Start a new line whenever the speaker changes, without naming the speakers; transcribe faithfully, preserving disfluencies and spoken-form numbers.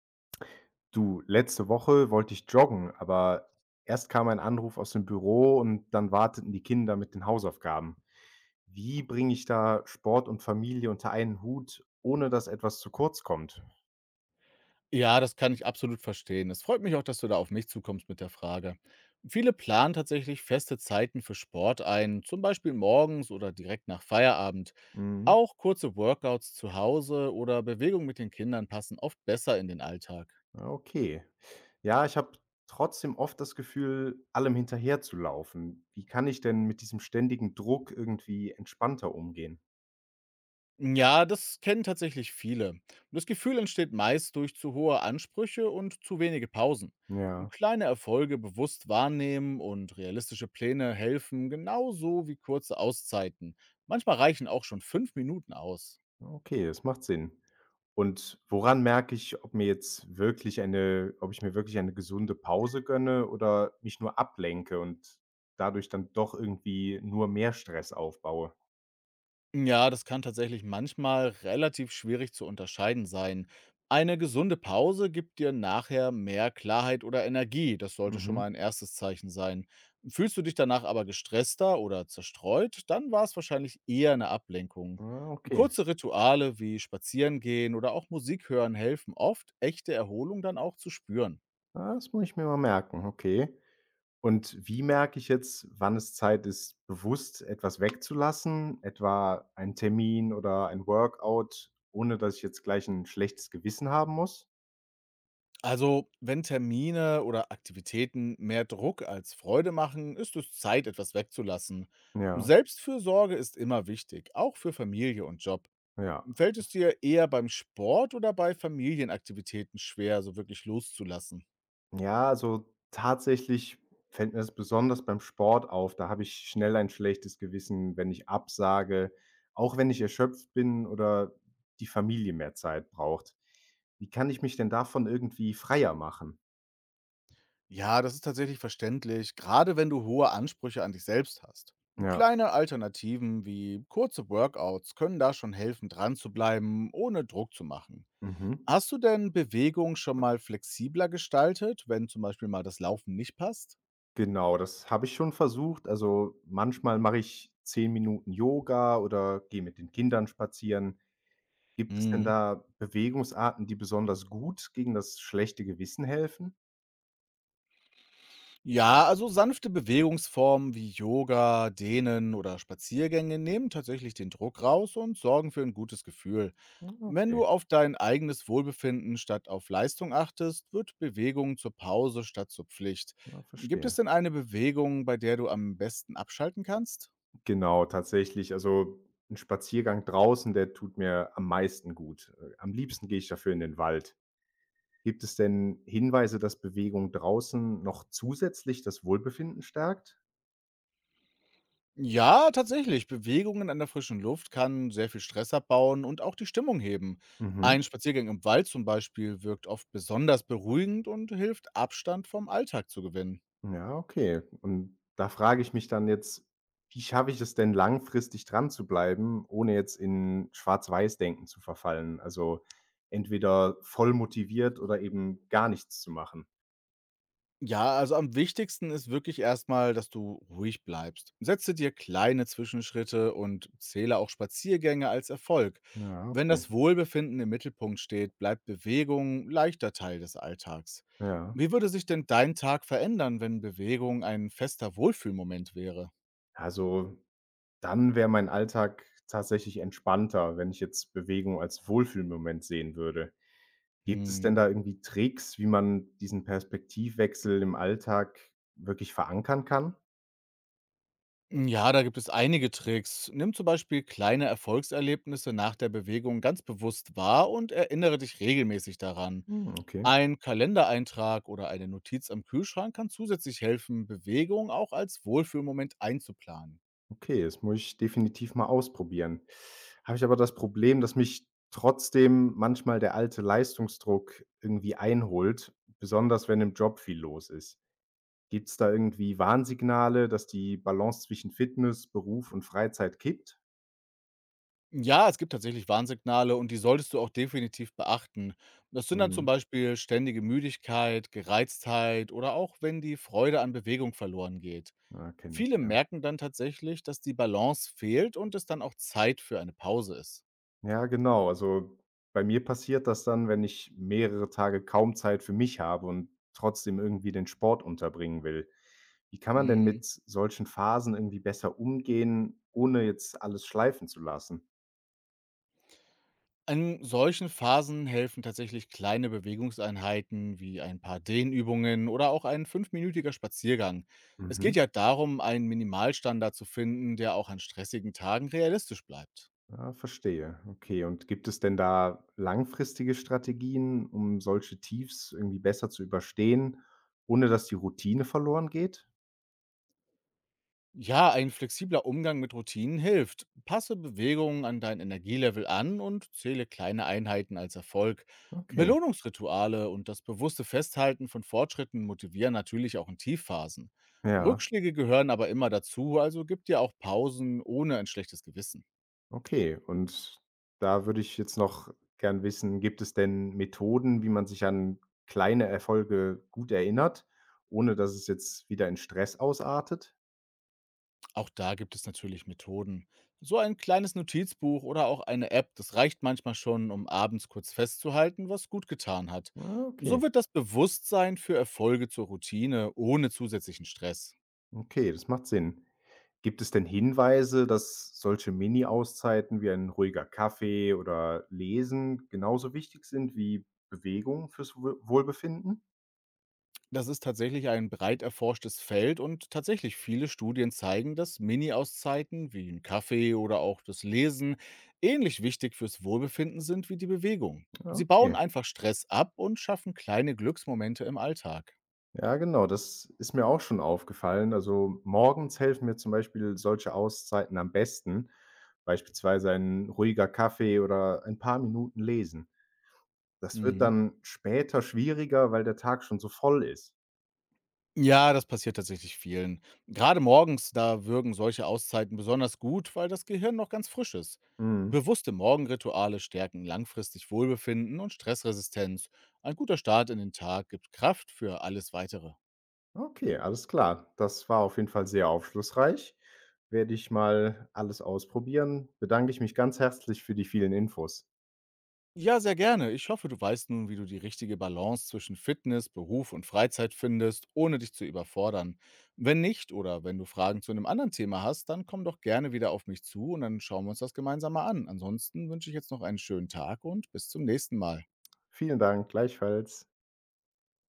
Du, letzte Woche wollte ich joggen, aber erst kam ein Anruf aus dem Büro und dann warteten die Kinder mit den Hausaufgaben. Wie bringe ich da Sport und Familie unter einen Hut, ohne dass etwas zu kurz kommt?
Ja, das kann ich absolut verstehen. Es freut mich auch, dass du da auf mich zukommst mit der Frage. Viele planen tatsächlich feste Zeiten für Sport ein, zum Beispiel morgens oder direkt nach Feierabend.
Mhm.
Auch kurze Workouts zu Hause oder Bewegung mit den Kindern passen oft besser in den Alltag.
Ja, okay. Ja, ich habe trotzdem oft das Gefühl, allem hinterherzulaufen. Wie kann ich denn mit diesem ständigen Druck irgendwie entspannter umgehen?
Ja, das kennen tatsächlich viele. Das Gefühl entsteht meist durch zu hohe Ansprüche und zu wenige Pausen.
Ja.
Kleine Erfolge bewusst wahrnehmen und realistische Pläne helfen, genauso wie kurze Auszeiten. Manchmal reichen auch schon fünf Minuten aus.
Okay, das macht Sinn. Und woran merke ich, ob mir jetzt wirklich eine ob ich mir wirklich eine gesunde Pause gönne oder mich nur ablenke und dadurch dann doch irgendwie nur mehr Stress aufbaue?
Ja, das kann tatsächlich manchmal relativ schwierig zu unterscheiden sein. Eine gesunde Pause gibt dir nachher mehr Klarheit oder Energie. Das sollte schon
Mhm.
mal ein erstes Zeichen sein. Fühlst du dich danach aber gestresster oder zerstreut, dann war es wahrscheinlich eher eine Ablenkung.
Ah, okay.
Kurze Rituale wie Spazierengehen oder auch Musik hören helfen oft, echte Erholung dann auch zu spüren.
Ah, das muss ich mir mal merken, okay. Und wie merke ich jetzt, wann es Zeit ist, bewusst etwas wegzulassen, etwa einen Termin oder ein Workout, ohne dass ich jetzt gleich ein schlechtes Gewissen haben muss?
Also, wenn Termine oder Aktivitäten mehr Druck als Freude machen, ist es Zeit, etwas wegzulassen.
Ja,
Selbstfürsorge ist immer wichtig, auch für Familie und Job.
ja.
Fällt es dir eher beim Sport oder bei Familienaktivitäten schwer, so wirklich loszulassen?
Ja, also tatsächlich fällt mir das besonders beim Sport auf. Da habe ich schnell ein schlechtes Gewissen, wenn ich absage, auch wenn ich erschöpft bin oder die Familie mehr Zeit braucht. Wie kann ich mich denn davon irgendwie freier machen?
Ja, das ist tatsächlich verständlich, gerade wenn du hohe Ansprüche an dich selbst hast.
Ja,
Kleine Alternativen wie kurze Workouts können da schon helfen, dran zu bleiben, ohne Druck zu machen.
mhm.
Hast du denn Bewegung schon mal flexibler gestaltet, wenn zum Beispiel mal das Laufen nicht passt?
Genau, das habe ich schon versucht. Also manchmal mache ich zehn Minuten Yoga oder gehe mit den Kindern spazieren. Gibt es denn
Mhm.
da Bewegungsarten, die besonders gut gegen das schlechte Gewissen helfen?
Ja, also sanfte Bewegungsformen wie Yoga, Dehnen oder Spaziergänge nehmen tatsächlich den Druck raus und sorgen für ein gutes Gefühl.
Ah,
Wenn
okay,
du auf dein eigenes Wohlbefinden statt auf Leistung achtest, wird Bewegung zur Pause statt zur Pflicht.
ja,
Gibt es
verstehe.
denn eine Bewegung, bei der du am besten abschalten kannst?
Genau, tatsächlich. Also ein Spaziergang draußen, der tut mir am meisten gut. Äh, am liebsten gehe ich dafür in den Wald. Gibt es denn Hinweise, dass Bewegung draußen noch zusätzlich das Wohlbefinden stärkt?
Ja, tatsächlich. Bewegungen an der frischen Luft kann sehr viel Stress abbauen und auch die Stimmung heben.
Mhm.
Ein Spaziergang im Wald zum Beispiel wirkt oft besonders beruhigend und hilft, Abstand vom Alltag zu gewinnen.
Ja, okay. Und da frage ich mich dann jetzt, wie schaffe ich es denn langfristig dran zu bleiben, ohne jetzt in Schwarz-Weiß-Denken zu verfallen? Also entweder voll motiviert oder eben gar nichts zu machen.
Ja, also am wichtigsten ist wirklich erstmal, dass du ruhig bleibst. Setze dir kleine Zwischenschritte und zähle auch Spaziergänge als Erfolg.
Ja,
Wenn
okay.
das Wohlbefinden im Mittelpunkt steht, bleibt Bewegung leichter Teil des Alltags.
Ja.
Wie würde sich denn dein Tag verändern, wenn Bewegung ein fester Wohlfühlmoment wäre?
Also dann wäre mein Alltag tatsächlich entspannter, wenn ich jetzt Bewegung als Wohlfühlmoment sehen würde. Gibt es denn
Hm.
da irgendwie Tricks, wie man diesen Perspektivwechsel im Alltag wirklich verankern kann?
Ja, da gibt es einige Tricks. Nimm zum Beispiel kleine Erfolgserlebnisse nach der Bewegung ganz bewusst wahr und erinnere dich regelmäßig daran.
Hm, okay.
Ein Kalendereintrag oder eine Notiz am Kühlschrank kann zusätzlich helfen, Bewegung auch als Wohlfühlmoment einzuplanen.
Okay, das muss ich definitiv mal ausprobieren. Habe ich aber das Problem, dass mich trotzdem manchmal der alte Leistungsdruck irgendwie einholt, besonders wenn im Job viel los ist. Gibt es da irgendwie Warnsignale, dass die Balance zwischen Fitness, Beruf und Freizeit kippt?
Ja, es gibt tatsächlich Warnsignale und die solltest du auch definitiv beachten. Das sind dann zum
Mhm.
Beispiel ständige Müdigkeit, Gereiztheit oder auch wenn die Freude an Bewegung verloren geht.
Ja, kenne ich,
Viele
ja.
merken dann tatsächlich, dass die Balance fehlt und es dann auch Zeit für eine Pause ist.
Ja, genau. Also, bei mir passiert das dann, wenn ich mehrere Tage kaum Zeit für mich habe und trotzdem irgendwie den Sport unterbringen will. Wie kann man denn
Mhm.
mit solchen Phasen irgendwie besser umgehen, ohne jetzt alles schleifen zu lassen?
In solchen Phasen helfen tatsächlich kleine Bewegungseinheiten wie ein paar Dehnübungen oder auch ein fünfminütiger Spaziergang. Es
Mhm.
geht ja darum, einen Minimalstandard zu finden, der auch an stressigen Tagen realistisch bleibt.
Ja, verstehe. Okay. Und gibt es denn da langfristige Strategien, um solche Tiefs irgendwie besser zu überstehen, ohne dass die Routine verloren geht?
Ja, ein flexibler Umgang mit Routinen hilft. Passe Bewegungen an dein Energielevel an und zähle kleine Einheiten als Erfolg.
Okay.
Belohnungsrituale und das bewusste Festhalten von Fortschritten motivieren natürlich auch in Tiefphasen.
Ja.
Rückschläge gehören aber immer dazu, also gib dir auch Pausen ohne ein schlechtes Gewissen.
Okay, und da würde ich jetzt noch gern wissen, gibt es denn Methoden, wie man sich an kleine Erfolge gut erinnert, ohne dass es jetzt wieder in Stress ausartet?
Auch da gibt es natürlich Methoden. So ein kleines Notizbuch oder auch eine App, das reicht manchmal schon, um abends kurz festzuhalten, was gut getan hat.
Ah, okay.
So wird das Bewusstsein für Erfolge zur Routine ohne zusätzlichen Stress.
Okay, das macht Sinn. Gibt es denn Hinweise, dass solche Mini-Auszeiten wie ein ruhiger Kaffee oder Lesen genauso wichtig sind wie Bewegung fürs Wohl- Wohlbefinden?
Das ist tatsächlich ein breit erforschtes Feld und tatsächlich viele Studien zeigen, dass Mini-Auszeiten wie ein Kaffee oder auch das Lesen ähnlich wichtig fürs Wohlbefinden sind wie die Bewegung.
Ja,
Sie
okay.
bauen einfach Stress ab und schaffen kleine Glücksmomente im Alltag.
Ja, genau, das ist mir auch schon aufgefallen. Also, morgens helfen mir zum Beispiel solche Auszeiten am besten, beispielsweise ein ruhiger Kaffee oder ein paar Minuten lesen. Das wird
Mhm.
dann später schwieriger, weil der Tag schon so voll ist.
Ja, das passiert tatsächlich vielen. Gerade morgens, da wirken solche Auszeiten besonders gut, weil das Gehirn noch ganz frisch ist.
Mhm.
Bewusste Morgenrituale stärken langfristig Wohlbefinden und Stressresistenz. Ein guter Start in den Tag gibt Kraft für alles Weitere.
Okay, alles klar. Das war auf jeden Fall sehr aufschlussreich. Werde ich mal alles ausprobieren. Bedanke ich mich ganz herzlich für die vielen Infos.
Ja, sehr gerne. Ich hoffe, du weißt nun, wie du die richtige Balance zwischen Fitness, Beruf und Freizeit findest, ohne dich zu überfordern. Wenn nicht oder wenn du Fragen zu einem anderen Thema hast, dann komm doch gerne wieder auf mich zu und dann schauen wir uns das gemeinsam mal an. Ansonsten wünsche ich jetzt noch einen schönen Tag und bis zum nächsten Mal.
Vielen Dank, gleichfalls.